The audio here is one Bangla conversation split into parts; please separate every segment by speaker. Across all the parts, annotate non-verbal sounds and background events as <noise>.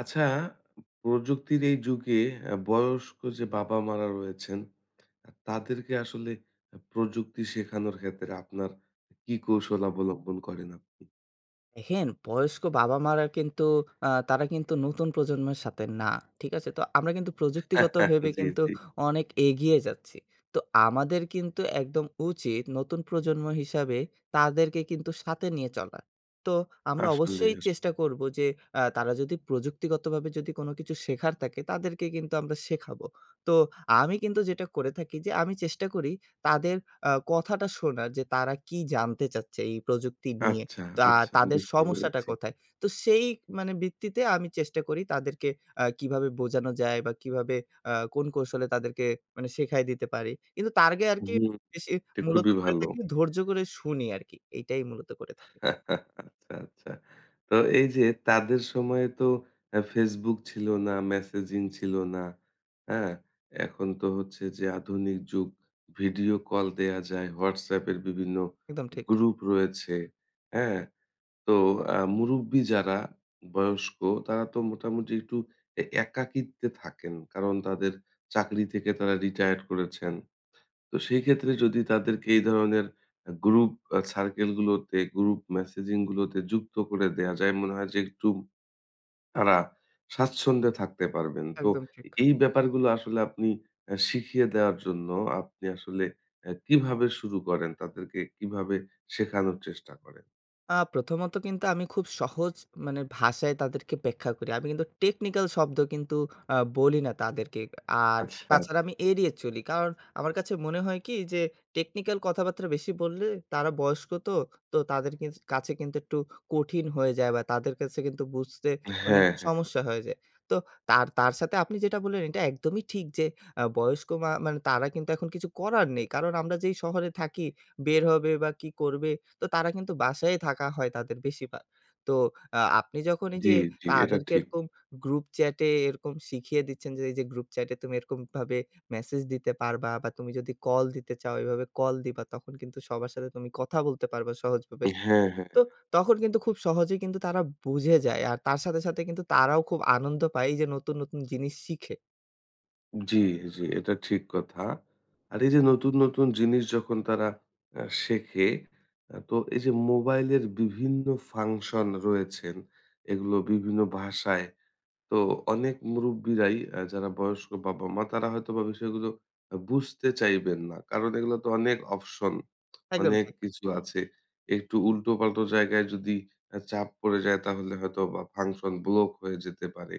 Speaker 1: আচ্ছা, প্রযুক্তির এই যুগে বয়স্ক যে বাবা-মারা রয়েছেন, তাদেরকে আসলে প্রযুক্তি শেখানোর ক্ষেত্রে আপনার কি কৌশল অবলম্বন করেন আপনি?
Speaker 2: দেখেন, বয়স্ক বাবা-মারা কিন্তু তারা কিন্তু নতুন প্রজন্মের সাথে না। ঠিক আছে? তো আমরা কিন্তু প্রযুক্তিগত ভেবে
Speaker 1: <laughs> জি,
Speaker 2: কিন্তু
Speaker 1: জি।
Speaker 2: অনেক এগিয়ে যাচ্ছি। তো আমাদের কিন্তু একদম উচিত নতুন প্রজন্ম হিসাবে তাদেরকে কিন্তু সাথে নিয়ে চলা। তো আমরা
Speaker 1: আসলেই,
Speaker 2: অবশ্যই চেষ্টা
Speaker 1: আসলেই।
Speaker 2: করব যে তারা যদি প্রযুক্তিগতভাবে যদি কোনো কিছু শেখার থাকে তাদেরকে কিন্তু আমরা শেখাবো। তো আমি কিন্তু যেটা করে থাকি যে আমি চেষ্টা করি তাদের কথাটা শোনার যে তারা কি জানতে চাচ্ছে এই প্রযুক্তি নিয়ে।
Speaker 1: আচ্ছা,
Speaker 2: তা
Speaker 1: আচ্ছা
Speaker 2: তাদের
Speaker 1: বুঝতে
Speaker 2: সমস্যাটা
Speaker 1: পেরেছি।
Speaker 2: কোথায়? তো সেই মানে ভিত্তিতে আমি চেষ্টা করি তাদেরকে কিভাবে বোঝানো যায় বা কিভাবে কোন কৌশলে তাদেরকে মানে শেখায় দিতে পারি। কিন্তু তার আগে আরকি
Speaker 1: হুম,
Speaker 2: বেশি
Speaker 1: এটা
Speaker 2: মূলত
Speaker 1: খুবই
Speaker 2: করে
Speaker 1: ভালো।
Speaker 2: থাকি ধৈর্য করে শুনি আরকি। এইটাই মূলত করে থাকি।
Speaker 1: আচ্ছা, আচ্ছা। তো এই যে তাদের সময়ে তো Facebook ছিল না, মেসেজিং ছিল না। হ্যাঁ? এখন তো হচ্ছে যে আধুনিক যুগ। ভিডিও কল দেয়া যায়। WhatsApp এর বিভিন্ন
Speaker 2: একদম ঠিক,
Speaker 1: গ্রুপ রয়েছে। হ্যাঁ? তো মুরুব্বি যারা বয়স্ক তারা তো মোটামুটি একটু একাকিত্বে থাকেন। কারণ তাদের চাকরি থেকে তারা রিটায়ার্ড করেছেন। তো সেই ক্ষেত্রে যদি তাদেরকে এই ধরনের গ্রুপ সার্কেল গুলোতে, গ্রুপ মেসেজিং গুলোতে যুক্ত করে দেয়া যায়, মনে হয় যে একটু তারা স্বাচ্ছন্দ্যে থাকতে পারবেন। তো
Speaker 2: একদম ঠিক।
Speaker 1: এই ব্যাপারগুলো আসলে আপনি শিখিয়ে দেওয়ার জন্য আপনি আসলে কিভাবে শুরু করেন? তাদেরকে কিভাবে শেখানোর চেষ্টা করেন?
Speaker 2: প্রথমত কিন্তু আমি খুব সহজ মানে ভাষায় তাদেরকে ব্যাখ্যা করি। আমি কিন্তু টেকনিক্যাল শব্দ কিন্তু বলি না তাদেরকে। আর
Speaker 1: আচ্ছা।
Speaker 2: তাছাড়া আমি এড়িয়ে চলি। কারণ আমার কাছে মনে হয় কি যে টেকনিক্যাল কথাবার্তা বেশি বললে তারা বয়স্ক তো, তো তাদের কাছে কিন্তু একটু কঠিন হয়ে যায় বা তাদের কাছে কিন্তু বুঝতে মানে
Speaker 1: হ্যাঁ,
Speaker 2: একটু
Speaker 1: হ্যাঁ।
Speaker 2: সমস্যা হয়ে যায়। তো তার সাথে আপনি যেটা বললেন এটা একদমই ঠিক যে বয়স্ক মা মানে তারা কিন্তু এখন কিছু করার নেই। কারণ আমরা যেই শহরে থাকি বের হবে বা কি করবে তো তারা কিন্তু বাসায় থাকা হয় তাদের বেশিরভাগ। তো আপনি যখন এই
Speaker 1: জি,
Speaker 2: যে
Speaker 1: জি। এটা
Speaker 2: তাদেরকে
Speaker 1: ঠিক।
Speaker 2: এরকম গ্রুপ চ্যাটে এরকম শিখিয়ে দিচ্ছেন যে, এই যে গ্রুপ চ্যাটে তুমি এরকমভাবে মেসেজ দিতে পারবা বা তুমি যদি কল দিতে চাও এভাবে কল দিবা। তখন কিন্তু সবার সাথে তুমি কথা বলতে পারবা সহজভাবে।
Speaker 1: হ্যাঁ, হ্যাঁ।
Speaker 2: তো তখন কিন্তু খুব সহজেই কিন্তু তারা বুঝে যায়। আর তার সাথে কিন্তু তারাও খুব আনন্দ পায় এই যে নতুন, নতুন জিনিস শিখে।
Speaker 1: জি, জি, এটা ঠিক কথা। আর এই যে নতুন, নতুন জিনিস যখন তারা শেখে, তো এই যে মোবাইলের বিভিন্ন ফাংশন রয়েছেন, এগুলো বিভিন্ন ভাষায়। তো অনেক মুরুব্বিরাই যারা বয়স্ক বাবা-মা তারা হয়তোবা বিষয়গুলো বুঝতে চাইবেন না। কারণ এগুলো তো অনেক অপশন,
Speaker 2: একদম
Speaker 1: অনেক
Speaker 2: ঠিক।
Speaker 1: কিছু আছে। একটু উল্টো-পাল্টো জায়গায় যদি চাপ পড়ে যায় তাহলে হয়তোবা ফাংশন ব্লক হয়ে যেতে পারে।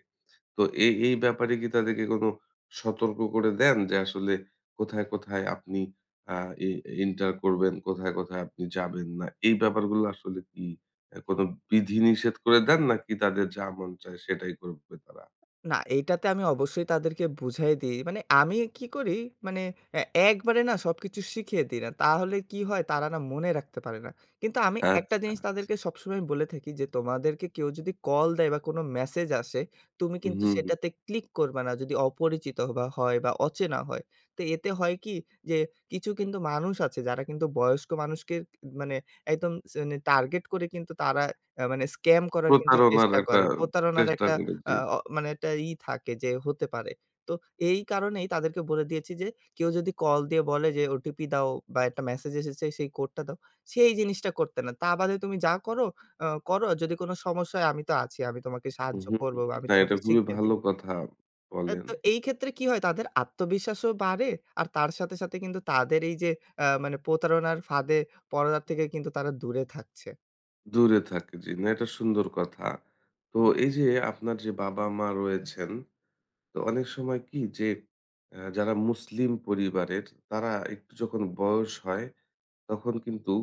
Speaker 1: তো এই ব্যাপারে কি তাদেরকে কোনো সতর্ক করে দেন যে আসলে কোথায়, কোথায় আপনি আ এ এন্টার করবেন, কোথায়, কোথায় আপনি যাবেন না? এই ব্যাপারগুলো আসলে কি কোনো বিধিনিষেধ করে দেন নাকি তাদের যা মন চায় সেটাই করবে তারা?
Speaker 2: না, এইটাতে আমি অবশ্যই তাদেরকে বুঝাই দিই। মানে আমি কি করি মানে এ একবারে না সবকিছু শিখিয়ে দিই না। তাহলে কি হয় তারা না মনে রাখতে পারে না। কিন্তু আমি একটা
Speaker 1: আচ্ছা,
Speaker 2: জিনিস
Speaker 1: আচ্ছা।
Speaker 2: তাদেরকে সবসময় বলে থাকি যে, "তোমাদেরকে কেউ যদি কল দেয় বা কোনো মেসেজ আসে, তুমি কিন্তু
Speaker 1: হুম,
Speaker 2: সেটাতে ক্লিক করবা না যদি অপরিচিত বা হয় বা অচেনা হয়।" তো এতে হয় কি যে কিছু কিন্তু মানুষ আছে যারা কিন্তু বয়স্ক মানুষকে মানে একদম স মানে টার্গেট করে কিন্তু তারা মানে স্ক্যাম করার কিন্তু
Speaker 1: প্রতারণার
Speaker 2: চেষ্টা
Speaker 1: একটা
Speaker 2: করে। প্রতারণার
Speaker 1: চেষ্টা
Speaker 2: একটা
Speaker 1: করে,
Speaker 2: আ
Speaker 1: জি।
Speaker 2: অ মানে একটা ই থাকে যে হতে পারে। তো এই কারণেই তাদেরকে বলে দিয়েছি যে কেউ যদি কল দিয়ে বলে যে ওটিপি দাও বা একটা মেসেজ এসেছে সেই কোডটা দাও, সেই জিনিসটা করতে না। তা বাদে তুমি যা করো, করো। যদি কোনো সমস্যা হয় আমি তো আছি। আমি তোমাকে
Speaker 1: হুম,
Speaker 2: সাহায্য
Speaker 1: হুম।
Speaker 2: করব বা আমি
Speaker 1: না এটা
Speaker 2: তোমাকে
Speaker 1: খুবই
Speaker 2: শিখিয়ে
Speaker 1: ভালো
Speaker 2: দিব।
Speaker 1: কথা বলেন।
Speaker 2: তো এই ক্ষেত্রে কি হয় তাদের আত্মবিশ্বাসও বাড়ে আর তার সাথে কিন্তু তাদের এই যে মানে প্রতারণার ফাঁদে পড়ার থেকে কিন্তু তারা দূরে থাকছে।
Speaker 1: দূরে থাকে, জি। না এটা সুন্দর কথা। তো এই যে আপনার যে বাবা-মা রয়েছেন তো অনেক সময় কি যে যারা মুসলিম পরিবারের তারা একটু যখন বয়স হয় তখন কিন্তু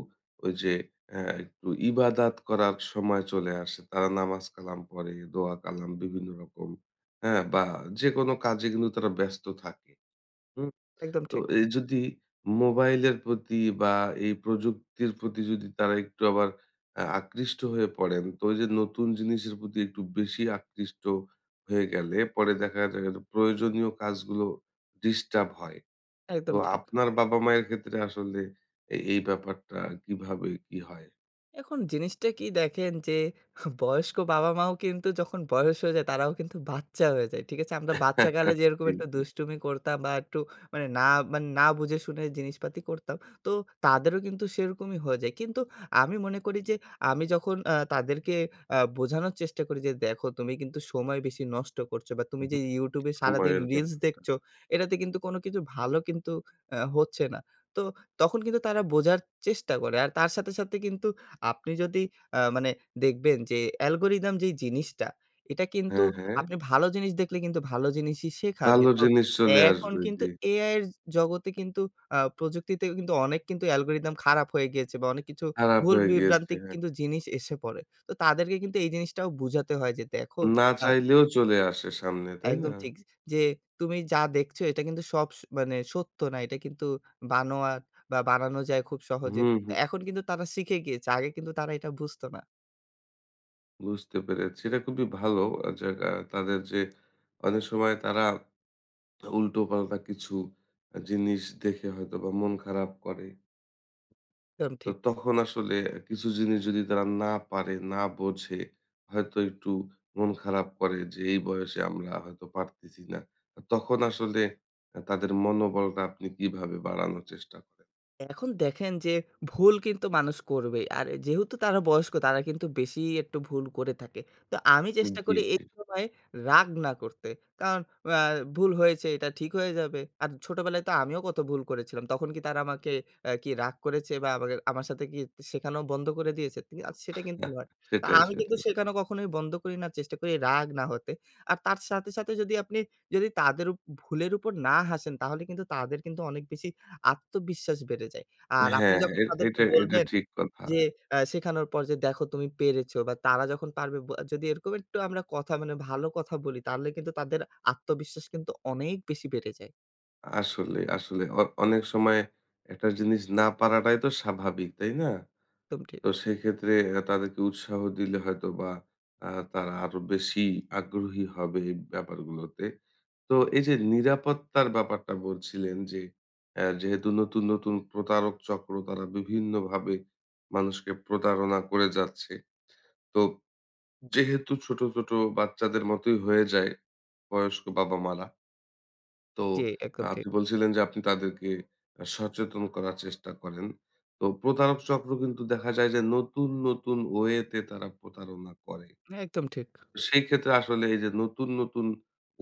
Speaker 1: ওই যে একটু ইবাদাত করার সময় চলে আসে তারা নামাজ কালাম পড়ে দোয়া কালাম বিভিন্ন রকম হ্যাঁ বা যে কোনো কাজে কিন্তু তারা ব্যস্ত থাকে
Speaker 2: একদম
Speaker 1: তো
Speaker 2: ঠিক,
Speaker 1: এই যদি মোবাইলের প্রতি বা এই প্রযুক্তির প্রতি যদি তারা একটু আবার আকৃষ্ট হয়ে পড়েন, তো ওই যে নতুন জিনিসের প্রতি একটু বেশি আকৃষ্ট হয়ে গেলে পরে দেখা যায় যে প্রয়োজনীয় কাজগুলো ডিস্টার্ব হয়। তো
Speaker 2: একদম ঠিক।
Speaker 1: আপনার বাবা-মায়ের ক্ষেত্রে আসলে এই ব্যাপারটা কিভাবে কি হয়?
Speaker 2: এখন জিনিসটা কি দেখেন যে বয়স্ক বাবা-মাও কিন্তু যখন বয়স হয়ে যায় তারাও কিন্তু বাচ্চা হয়ে যায়। ঠিক আছে? আমরা বাচ্চাকালে
Speaker 1: <laughs>
Speaker 2: যেরকম
Speaker 1: জি,
Speaker 2: একটু
Speaker 1: জি।
Speaker 2: দুষ্টুমি করতাম বা একটু মানে না মানে না বুঝে শুনে জিনিসপাতি করতাম। তো তাদেরও কিন্তু সেরকমই হয়ে যায়। কিন্তু আমি মনে করি যে আমি যখন তাদেরকে বোঝানোর চেষ্টা করি যে, "দেখো তুমি কিন্তু সময় বেশি নষ্ট করছো বা তুমি
Speaker 1: উহু।
Speaker 2: যে YouTube এ সারাদিন
Speaker 1: সময়ের
Speaker 2: রিলস
Speaker 1: ব্যাপারটা।
Speaker 2: দেখছো এটাতে কিন্তু কোনো কিছু ভালো কিন্তু হচ্ছে না।" তো তখন কিন্তু তারা বোঝার চেষ্টা করে। আর তার সাথে কিন্তু আপনি যদি মানে দেখবেন যে অ্যালগরিদম যেই জিনিসটা, এটা কিন্তু
Speaker 1: হ্যাঁ, হ্যাঁ।
Speaker 2: আপনি ভালো জিনিস দেখলে কিন্তু ভালো জিনিসই শেখাবে।
Speaker 1: ভালো
Speaker 2: তো
Speaker 1: জিনিস চলে
Speaker 2: এখন
Speaker 1: আসবে।
Speaker 2: কিন্তু
Speaker 1: জি।
Speaker 2: এআই এর জগতে কিন্তু প্রযুক্তিতেও কিন্তু অনেক কিন্তু অ্যালগরিদম খারাপ হয়ে গিয়েছে বা অনেক কিছু
Speaker 1: খারাপ
Speaker 2: ভুল
Speaker 1: হয়ে গিয়েছে।
Speaker 2: বিভ্রান্তি
Speaker 1: হ্যাঁ।
Speaker 2: কিন্তু জিনিস এসে পড়ে। তো তাদেরকে কিন্তু এই জিনিসটাও বুঝাতে হয় যে, "দেখো
Speaker 1: না
Speaker 2: আ
Speaker 1: চাইলেও চলে আসে সামনে, তাই না?
Speaker 2: একদম ঠিক যে তুমি যা দেখছো এটা কিন্তু সব মানে সত্য না। এটা কিন্তু বানোয়াট বা বানানো যায় খুব সহজে।"
Speaker 1: হুম, হুম।
Speaker 2: এখন কিন্তু তারা শিখে গিয়েছে। আগে কিন্তু তারা এটা বুঝতো না।
Speaker 1: বুঝতে পেরেছি। এটা খুবই ভালো যে তাদের যে অনেক সময় তারা উল্টোপাল্টা কিছু জিনিস দেখে হয়তোবা মন খারাপ করে।
Speaker 2: একদম
Speaker 1: তো
Speaker 2: ঠিক।
Speaker 1: তখন আসলে কিছু জিনিস যদি তারা না পারে, না বোঝে, হয়তো একটু মন খারাপ করে যে এই বয়সে আমরা হয়তো পারতেছি না। তখন আসলে তাদের মনোবলটা আপনি কিভাবে বাড়ানোর চেষ্টা করেন?
Speaker 2: এখন দেখেন যে ভুল কিন্তু মানুষ করবেই। আর যেহেতু তারা বয়স্ক তারা কিন্তু বেশি একটু ভুল করে থাকে। তো আমি চেষ্টা
Speaker 1: জি,
Speaker 2: করি এই
Speaker 1: জি।
Speaker 2: সময় রাগ না করতে। কারণ আ ভুল হয়েছে এটা ঠিক হয়ে যাবে। আর ছোটবেলায় তো আমিও কত ভুল করেছিলাম। তখন কি তারা আমাকে কি রাগ করেছে বা আমাকে আমার সাথে কি শেখানো বন্ধ করে দিয়েছে? তি আ সেটা কিন্তু
Speaker 1: <laughs>
Speaker 2: নয়। তো
Speaker 1: সেটাই,
Speaker 2: আমি কিন্তু
Speaker 1: সেটাই।
Speaker 2: শেখানো কখনোই বন্ধ করি না। চেষ্টা করি রাগ না হতে। আর তার সাথে যদি আপনি যদি তাদের ভুলের উপর না হাসেন তাহলে কিন্তু তাদের কিন্তু অনেক বেশি আত্মবিশ্বাস বেড়ে যায়। আর আপনি
Speaker 1: হ্যাঁ,
Speaker 2: যখন
Speaker 1: এ
Speaker 2: তাদেরকে
Speaker 1: এটা এটা
Speaker 2: বলবেন
Speaker 1: ঠিক কথা।
Speaker 2: যে শেখানোর পর যে, "দেখো তুমি পেরেছো" বা তারা যখন পারবে যদি এরকম একটু আমরা কথা মানে ভালো কথা বলি তাহলে কিন্তু তাদের আত্মবিশ্বাস কিন্তু অনেক বেশি বেড়ে যায়।
Speaker 1: আসলে, আসলে অনেক সময় একটা জিনিস না পারাটাই তো স্বাভাবিক, তাই না?
Speaker 2: একদম ঠিক।
Speaker 1: তো সেক্ষেত্রে তাদেরকে উৎসাহ দিলে হয়তোবা তারা আরো বেশি আগ্রহী হবে এই ব্যাপারগুলোতে। তো এই যে নিরাপত্তার ব্যাপারটা বলছিলেন যে, যেহেতু নতুন, নতুন প্রতারক চক্র তারা বিভিন্নভাবে মানুষকে প্রতারণা করে যাচ্ছে। তো যেহেতু ছোট, ছোট বাচ্চাদের মতোই হয়ে যায় বয়স্ক বাবা-মারা তো
Speaker 2: জি, একদম ঠিক।
Speaker 1: আপনি বলছিলেন যে আপনি তাদেরকে সচেতন করার চেষ্টা করেন। তো প্রতারক চক্র কিন্তু দেখা যায় যে নতুন, নতুন ওয়েতে তারা প্রতারণা করে।
Speaker 2: একদম ঠিক।
Speaker 1: সেই ক্ষেত্রে আসলে এই যে নতুন, নতুন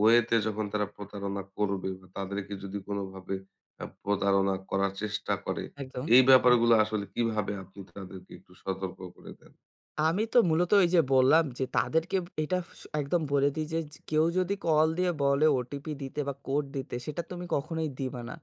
Speaker 1: ওয়েতে যখন তারা প্রতারণা করবে বা তাদেরকে যদি কোনোভাবে প্রতারণা করার চেষ্টা করে,
Speaker 2: একদম।
Speaker 1: এই
Speaker 2: হুম।
Speaker 1: ব্যাপারগুলো আসলে কিভাবে আপনি তাদেরকে একটু সতর্ক করে দেন?
Speaker 2: আমি তো মূলত এই যে বললাম যে তাদেরকে এটা একদম বলে দিই যে, "কেউ যদি কল দিয়ে বলে ওটিপি দিতে বা কোড দিতে সেটা তুমি কখনোই দিবা না।"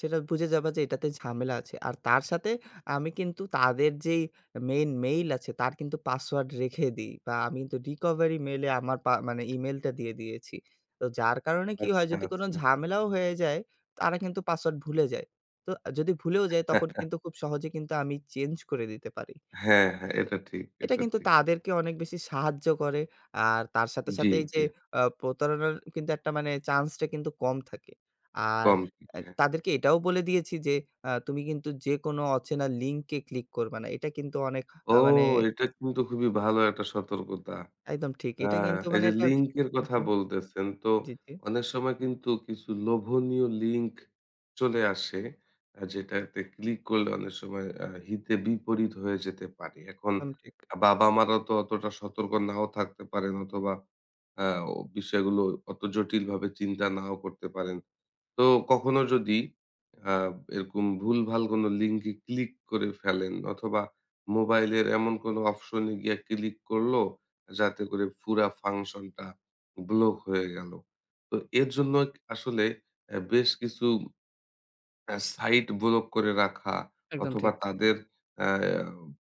Speaker 2: সেটা বুঝে যাবা যে এটাতে ঝামেলা আছে। আর তার সাথে আমি কিন্তু তাদের যেই মেইন মেইল আছে তার কিন্তু পাসওয়ার্ড রেখে দিই বা আমি কিন্তু recovery mail এ আমার মানে ইমেইলটা দিয়ে দিয়েছি। তো যার কারণে কি হয়
Speaker 1: আচ্ছা,
Speaker 2: যদি কোনো
Speaker 1: আচ্ছা।
Speaker 2: ঝামেলাও হয়ে যায় তারা কিন্তু পাসওয়ার্ড ভুলে যায়। তো যদি ভুলেও যায় তখন কিন্তু খুব সহজে কিন্তু আমি চেঞ্জ করে দিতে পারি।
Speaker 1: হ্যাঁ,
Speaker 2: আ
Speaker 1: হ্যাঁ, এটা ঠিক,
Speaker 2: এটা
Speaker 1: এটা
Speaker 2: কিন্তু
Speaker 1: ঠিক।
Speaker 2: তাদেরকে অনেক বেশি সাহায্য করে। আর তার সাথে,
Speaker 1: জি,
Speaker 2: সাথে এই যে
Speaker 1: জি।
Speaker 2: প্রতারণার কিন্তু একটা মানে চান্সটা কিন্তু কম থাকে। আর
Speaker 1: কম ঠিক। হ্যাঁ।
Speaker 2: তাদেরকে এটাও বলে দিয়েছি যে, তুমি কিন্তু যেকোনো অচেনা লিঙ্কে ক্লিক করবা না। এটা কিন্তু অনেক
Speaker 1: ও!
Speaker 2: মানে
Speaker 1: এটা কিন্তু খুবই ভালো একটা সতর্কতা।
Speaker 2: একদম ঠিক। এটা
Speaker 1: হ্যাঁ,
Speaker 2: কিন্তু
Speaker 1: এই
Speaker 2: মানে
Speaker 1: যে
Speaker 2: একটা
Speaker 1: লিঙ্কের
Speaker 2: হুম,
Speaker 1: কথা
Speaker 2: হুম।
Speaker 1: বলতেছেন, তো
Speaker 2: জি, জি।
Speaker 1: অনেক সময় কিন্তু কিছু লোভনীয় লিঙ্ক চলে আসে, যেটাতে ক্লিক করলে অনেক সময় হিতে বিপরীত হয়ে যেতে পারে। এখন
Speaker 2: একদম ঠিক।
Speaker 1: বাবা-মারা তো অতটা সতর্ক নাও থাকতে পারেন অথবা আ বিষয়গুলো অত জটিলভাবে চিন্তা নাও করতে পারেন। তো কখনো যদি আ এরকম ভুলভাল কোনো লিঙ্কে ক্লিক করে ফেলেন অথবা মোবাইলের এমন কোনো অপশনে গিয়ে ক্লিক করলো, যাতে করে পুরা ফাংশনটা ব্লক হয়ে গেল। তো এর জন্য আসলে বেশ কিছু সাইট ব্লক করে রাখা
Speaker 2: একদম
Speaker 1: অথবা
Speaker 2: ঠিক।
Speaker 1: তাদের অ্যা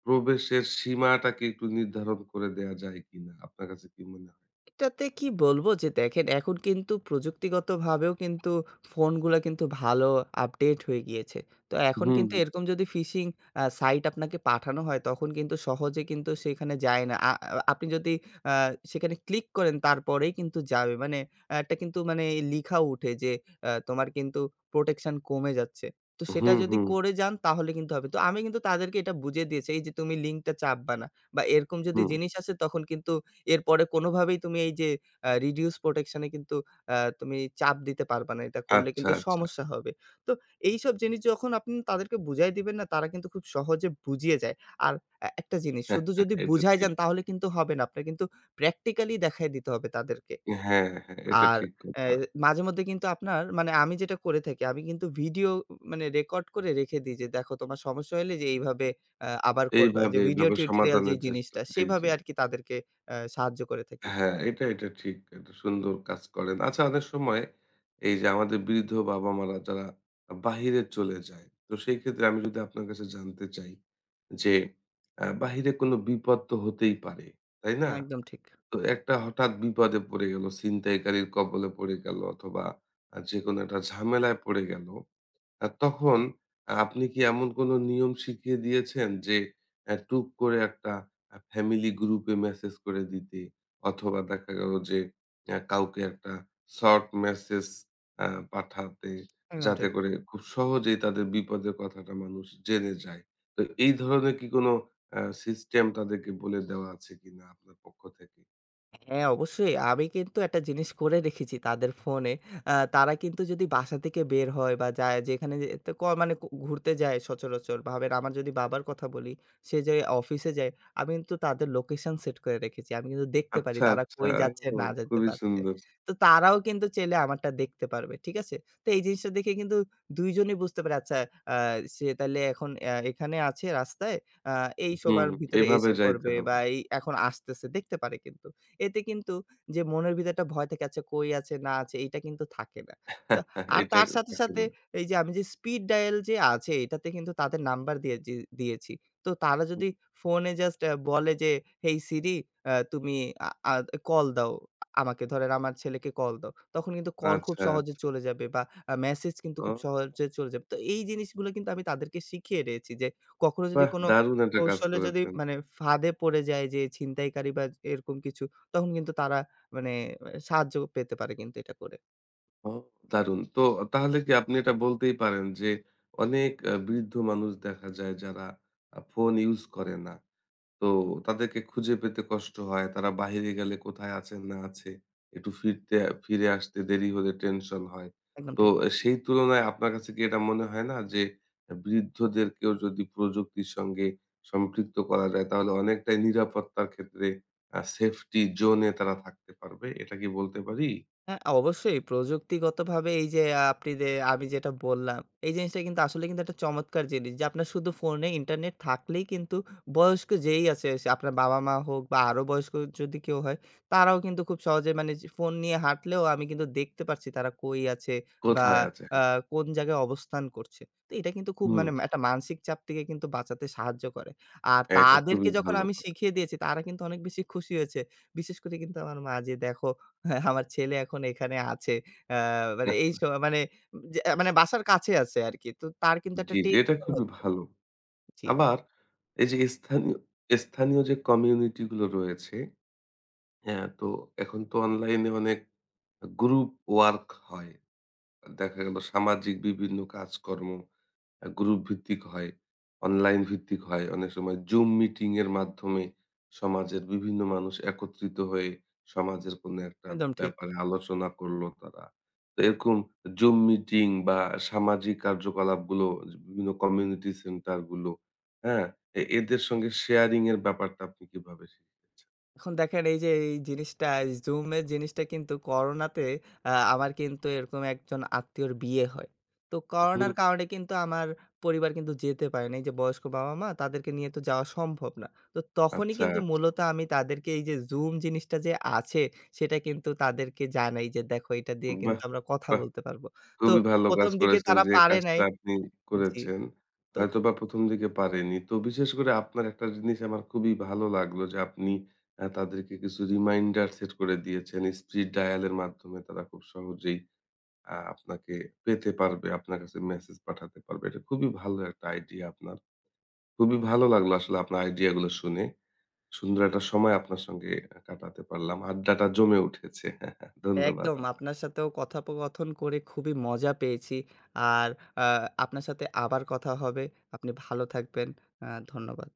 Speaker 1: প্রবেশের সীমাটাকে একটু নির্ধারণ করে দেয়া যায় কিনা? আপনার কাছে কি মনে হয়?
Speaker 2: এটাতে কি বলবো যে দেখেন এখন কিন্তু প্রযুক্তিগতভাবেও কিন্তু ফোনগুলা কিন্তু ভালো আপডেট হয়ে গিয়েছে। তো এখন
Speaker 1: হুম,
Speaker 2: কিন্তু এরকম যদি ফিশিং সাইট আপনাকে পাঠানো হয় তখন কিন্তু সহজে কিন্তু সেখানে যায় না। আ আ- আপনি যদি আ সেখানে ক্লিক করেন তারপরেই কিন্তু যাবে। মানে একটা কিন্তু মানে লিখা উঠে যে তোমার কিন্তু প্রোটেকশন কমে যাচ্ছে। তো
Speaker 1: হুম,
Speaker 2: সেটা
Speaker 1: হুম,
Speaker 2: যদি
Speaker 1: হুম,
Speaker 2: করে যান তাহলে কিন্তু হবে। তো আমি কিন্তু তাদেরকে এটা বুঝিয়ে দিয়েছি এই যে তুমি লিঙ্কটা চাপবা না বা এরকম যদি
Speaker 1: হুম।
Speaker 2: জিনিস আসে তখন কিন্তু এরপরে কোনোভাবেই তুমি এই যে reduce protection এ কিন্তু তুমি চাপ দিতে পারবা না। এটা করলে
Speaker 1: আচ্ছা,
Speaker 2: কিন্তু
Speaker 1: আচ্ছা।
Speaker 2: সমস্যা হবে। তো এইসব জিনিস যখন আপনি তাদেরকে বুঝায় দিবেন না, তারা কিন্তু খুব সহজে বুঝিয়ে যায়। আর একটা জিনিস শুধু
Speaker 1: <laughs>
Speaker 2: যদি
Speaker 1: এটা
Speaker 2: বুঝায়
Speaker 1: ঠিক।
Speaker 2: যান তাহলে কিন্তু হবে না। আপনার কিন্তু practically দেখায় দিতে হবে তাদেরকে।
Speaker 1: হ্যাঁ, হ্যাঁ, এটা
Speaker 2: আর
Speaker 1: ঠিক
Speaker 2: অ্যা
Speaker 1: কথা।
Speaker 2: মাঝেমধ্যে কিন্তু আপনার মানে আমি যেটা করে থাকি, আমি কিন্তু ভিডিও মানে রেকর্ড করে রেখে দিই যে, "দেখো তোমার সমস্যা হইলে যে এইভাবে আবার করবা।"
Speaker 1: এইভাবে,
Speaker 2: যে ভিডিও
Speaker 1: এইভাবে
Speaker 2: টিউটোরিয়াল
Speaker 1: সমাধানের
Speaker 2: যেই
Speaker 1: চেষ্টা।
Speaker 2: জিনিসটা,
Speaker 1: জি, জি।
Speaker 2: সেভাবে আরকি তাদেরকে সাহায্য করে থাকি।
Speaker 1: হ্যাঁ, এটা ঠিক। এটা সুন্দর কাজ করেন। আচ্ছা অনেক সময় এই যে আমাদের বৃদ্ধ বাবা-মারা যারা বাহিরে চলে যায়, তো সেই ক্ষেত্রে আমি যদি আপনার কাছে জানতে চাই যে বাহিরে কোনো বিপদ তো হতেই পারে, তাই না?
Speaker 2: একদম ঠিক,
Speaker 1: তো একটা হঠাৎ বিপদে পড়ে গেল, ছিনতাইকারীর কবলে পড়ে গেল অথবা যেকোনো একটা ঝামেলায় পড়ে গেল। তখন আপনি কি এমন কোনো নিয়ম শিখিয়ে দিয়েছেন যে টুক করে একটা ফ্যামিলি গ্রুপে মেসেজ করে দিতে অথবা দেখা গেল যে কাউকে একটা শর্ট মেসেজ আ পাঠাতে
Speaker 2: একদম
Speaker 1: যাতে
Speaker 2: ঠিক।
Speaker 1: করে খুব সহজেই তাদের বিপদের কথাটা মানুষ জেনে যায়। তো এই ধরনের কি কোনো আ সিস্টেম তাদেরকে বলে দেওয়া আছে কিনা আপনার পক্ষ থেকে?
Speaker 2: হ্যাঁ, অবশ্যই। আমি কিন্তু একটা জিনিস করে রেখেছি তাদের ফোনে। তারা কিন্তু যদি বাসা থেকে বের হয় বা যায় যেখানে যে তো মানে ঘুরতে যায় সচরাচর ভাবেন আমার যদি বাবার কথা বলি, সে যে অফিসে যায়, আমি কিন্তু তাদের লোকেশন সেট করে রেখেছি। আমি কিন্তু দেখতে পারি
Speaker 1: আচ্ছা,
Speaker 2: তারা
Speaker 1: আচ্ছা।
Speaker 2: কই যাচ্ছে
Speaker 1: ও
Speaker 2: না যেতে
Speaker 1: খুবই
Speaker 2: পারছে।
Speaker 1: সুন্দর।
Speaker 2: তো তারাও কিন্তু চাইলে আমারটা দেখতে পারবে। ঠিক আছে? তো এই জিনিসটা দেখে কিন্তু ২ জনই বুঝতে পারে আচ্ছা আ সে তাহলে এখন এখানে আছে রাস্তায়। আ এই
Speaker 1: হুম,
Speaker 2: সময়ের ভিতরে
Speaker 1: এভাবে
Speaker 2: এসে
Speaker 1: যাইতে
Speaker 2: পড়বে
Speaker 1: হবে।
Speaker 2: বা এই এখন আসতেছে দেখতে পারে কিন্তু। এতে কিন্তু যে মনের ভিতরে একটা ভয় থাকে, আচ্ছা কই আছে না আছে এইটা কিন্তু থাকে না। তো
Speaker 1: <laughs>
Speaker 2: আর
Speaker 1: এটা
Speaker 2: তার সাথে,
Speaker 1: থাকে
Speaker 2: সাথে
Speaker 1: না।
Speaker 2: এই যে আমি যে স্পিড ডায়াল যে আছে এটাতে কিন্তু তাদের নাম্বার দিয়ে যে দিয়েছি। তো তারা যদি ফোনে জাস্ট বলে যে, "হেই সিরি তুমি আ আ কল দাও আমাকে।" ধরেন আমার ছেলেকে কল দাও। তখন কিন্তু কল খুব
Speaker 1: আচ্ছা,
Speaker 2: সহজে
Speaker 1: আচ্ছা।
Speaker 2: চলে যাবে বা মেসেজ কিন্তু খুব
Speaker 1: ও
Speaker 2: সহজে চলে যাবে। তো এই জিনিসগুলো কিন্তু আমি তাদেরকে শিখিয়ে রয়েছি যে কখনো যদি
Speaker 1: বাহ!
Speaker 2: কোনো
Speaker 1: দারুণ একটা কাজ
Speaker 2: কৌশলে যদি
Speaker 1: করেছেন।
Speaker 2: মানে ফাঁদে পড়ে যায় যে ছিনতাইকারী বা এরকম কিছু তখন কিন্তু তারা মানে সাহায্য পেতে পারে কিন্তু এটা করে।
Speaker 1: ও দারুণ। তো তাহলে কি আপনি এটা বলতেই পারেন যে অনেক বৃদ্ধ মানুষ দেখা যায় যারা ফোন ইউজ করে না। তো তাদেরকে খুঁজে পেতে কষ্ট হয়। তারা বাহিরে গেলে কোথায় আছেন না আছে, একটু ফিরতে ফিরে আসতে দেরি হলে টেনশন হয়।
Speaker 2: একদম
Speaker 1: তো
Speaker 2: ঠিক।
Speaker 1: সেই তুলনায় আপনার কাছে কি এটা মনে হয় না যে বৃদ্ধদেরকেও যদি প্রযুক্তির সঙ্গে সম্পৃক্ত করা যায় তাহলে অনেকটাই নিরাপত্তার ক্ষেত্রে সেফটি জোনে তারা থাকতে পারবে। এটা কি বলতে পারি?
Speaker 2: হ্যাঁ, অবশ্যই প্রযুক্তিগতভাবে এই যে আপনি যে আমি যেটা বললাম, এই জিনিসটা কিন্তু আসলে কিন্তু একটা চমৎকার জিনিস যে আপনার শুধু ফোনে ইন্টারনেট থাকলেই কিন্তু বয়স্ক যেই আছে সে আপনার বাবা-মা হোক বা আরো বয়স্ক যদি কেউ হয়, তারাও কিন্তু খুব সহজে মানে যে ফোন নিয়ে হাঁটলেও আমি কিন্তু দেখতে পারছি তারা কই আছে বা
Speaker 1: কোথায় আছে?
Speaker 2: আ
Speaker 1: হ্যাঁ।
Speaker 2: কোন জায়গায় অবস্থান করছে। তো এটা কিন্তু খুব
Speaker 1: হুম,
Speaker 2: মানে একটা মানসিক চাপ থেকে কিন্তু বাঁচাতে সাহায্য করে। আর
Speaker 1: এটা খুবই
Speaker 2: তাদেরকে যখন
Speaker 1: ভালো
Speaker 2: আমি
Speaker 1: কথা।
Speaker 2: শিখিয়ে দিয়েছি তারা কিন্তু অনেক বেশি খুশি হয়েছে। বিশেষ করে কিন্তু আমার মা যে দেখো হ্যাঁ, আমার ছেলে এখন এখানে আছে। আ মানে এই
Speaker 1: <laughs>
Speaker 2: মানে যে মানে বাসার কাছে আছে আরকি। তো তার কিন্তু
Speaker 1: জি, জি,
Speaker 2: একটা
Speaker 1: এটা
Speaker 2: টেনশন
Speaker 1: খুবই
Speaker 2: হচ্ছে না।
Speaker 1: ভালো।
Speaker 2: জি,
Speaker 1: আবার এই যে স্থানীয়, স্থানীয় যে কমিউনিটি গুলো রয়েছে, হ্যাঁ? তো এখন তো অনলাইনে অনেক গ্রুপ ওয়ার্ক হয়। দেখা গেল সামাজিক বিভিন্ন কাজকর্ম। গ্রুপ ভিত্তিক হয়, অনলাইন ভিত্তিক হয়, অনেক সময় জুম মিটিং এর মাধ্যমে সমাজের বিভিন্ন মানুষ একত্রিত হয়ে সমাজের কোনো একটা
Speaker 2: একদম ঠিক।
Speaker 1: ব্যাপারে আলোচনা করলো তারা। তো এরকম জুম মিটিং বা সামাজিক কার্যকলাপগুলো বিভিন্ন কমিউনিটি সেন্টার গুলো, হ্যাঁ? এদের সঙ্গে শেয়ারিং এর ব্যাপারটা আপনি কিভাবে শিখেছেন?
Speaker 2: এখন দেখেন এই যে এই জিনিসটা Zoom এর জিনিসটা কিন্তু করোনাতে আমার কিন্তু এরকম একজন আত্মীয়র বিয়ে হয়। তো
Speaker 1: হুম,
Speaker 2: করোনার কারণে কিন্তু আমার পরিবার কিন্তু যেতে পারে না। এই যে বয়স্ক বাবা-মা তাদেরকে নিয়ে তো যাওয়া সম্ভব না। তো তখনই
Speaker 1: আচ্ছা,
Speaker 2: কিন্তু
Speaker 1: আচ্ছা।
Speaker 2: মূলত আমি তাদেরকে এই যে Zoom জিনিসটা যে আছে সেটা কিন্তু তাদেরকে জানাই যে দেখো এটা দিয়ে
Speaker 1: বাহ!
Speaker 2: কিন্তু আমরা কথা
Speaker 1: বাহ!
Speaker 2: বলতে পারবো। তো
Speaker 1: খুবই ভালো কাজ
Speaker 2: ১ম দিকে
Speaker 1: করেছেন
Speaker 2: তারা
Speaker 1: যে
Speaker 2: পারে নাই
Speaker 1: কাজটা আপনি
Speaker 2: জি।
Speaker 1: করেছেন।
Speaker 2: তো
Speaker 1: হয়তোবা ১ম দিকে পারেনি। তো বিশেষ করে আপনার একটা জিনিস আমার খুবই ভালো লাগলো যে আপনি তাদেরকে কিছু রিমাইন্ডার সেট করে দিয়েছেন। স্পিড ডায়াল এর মাধ্যমে তারা খুব সহজেই আপনাকে পেতে পারবে। আপনার কাছে মেসেজ পাঠাতে পারবে। এটা খুবই ভালো একটা আইডিয়া আপনার। খুবই ভালো লাগলো আসলে আপনার আইডিয়া গুলো শুনে। সুন্দর একটা সময় আপনার সঙ্গে কাটাতে পারলাম। আড্ডাটা জমে উঠেছে। <laughs> ধন্যবাদ
Speaker 2: একদম
Speaker 1: আপনাকে।
Speaker 2: আপনার সাথেও কথোপকথন করে খুবই মজা পেয়েছি। আর আ আপনার সাথে আবার কথা হবে। আপনি ভালো থাকবেন। আ ধন্যবাদ।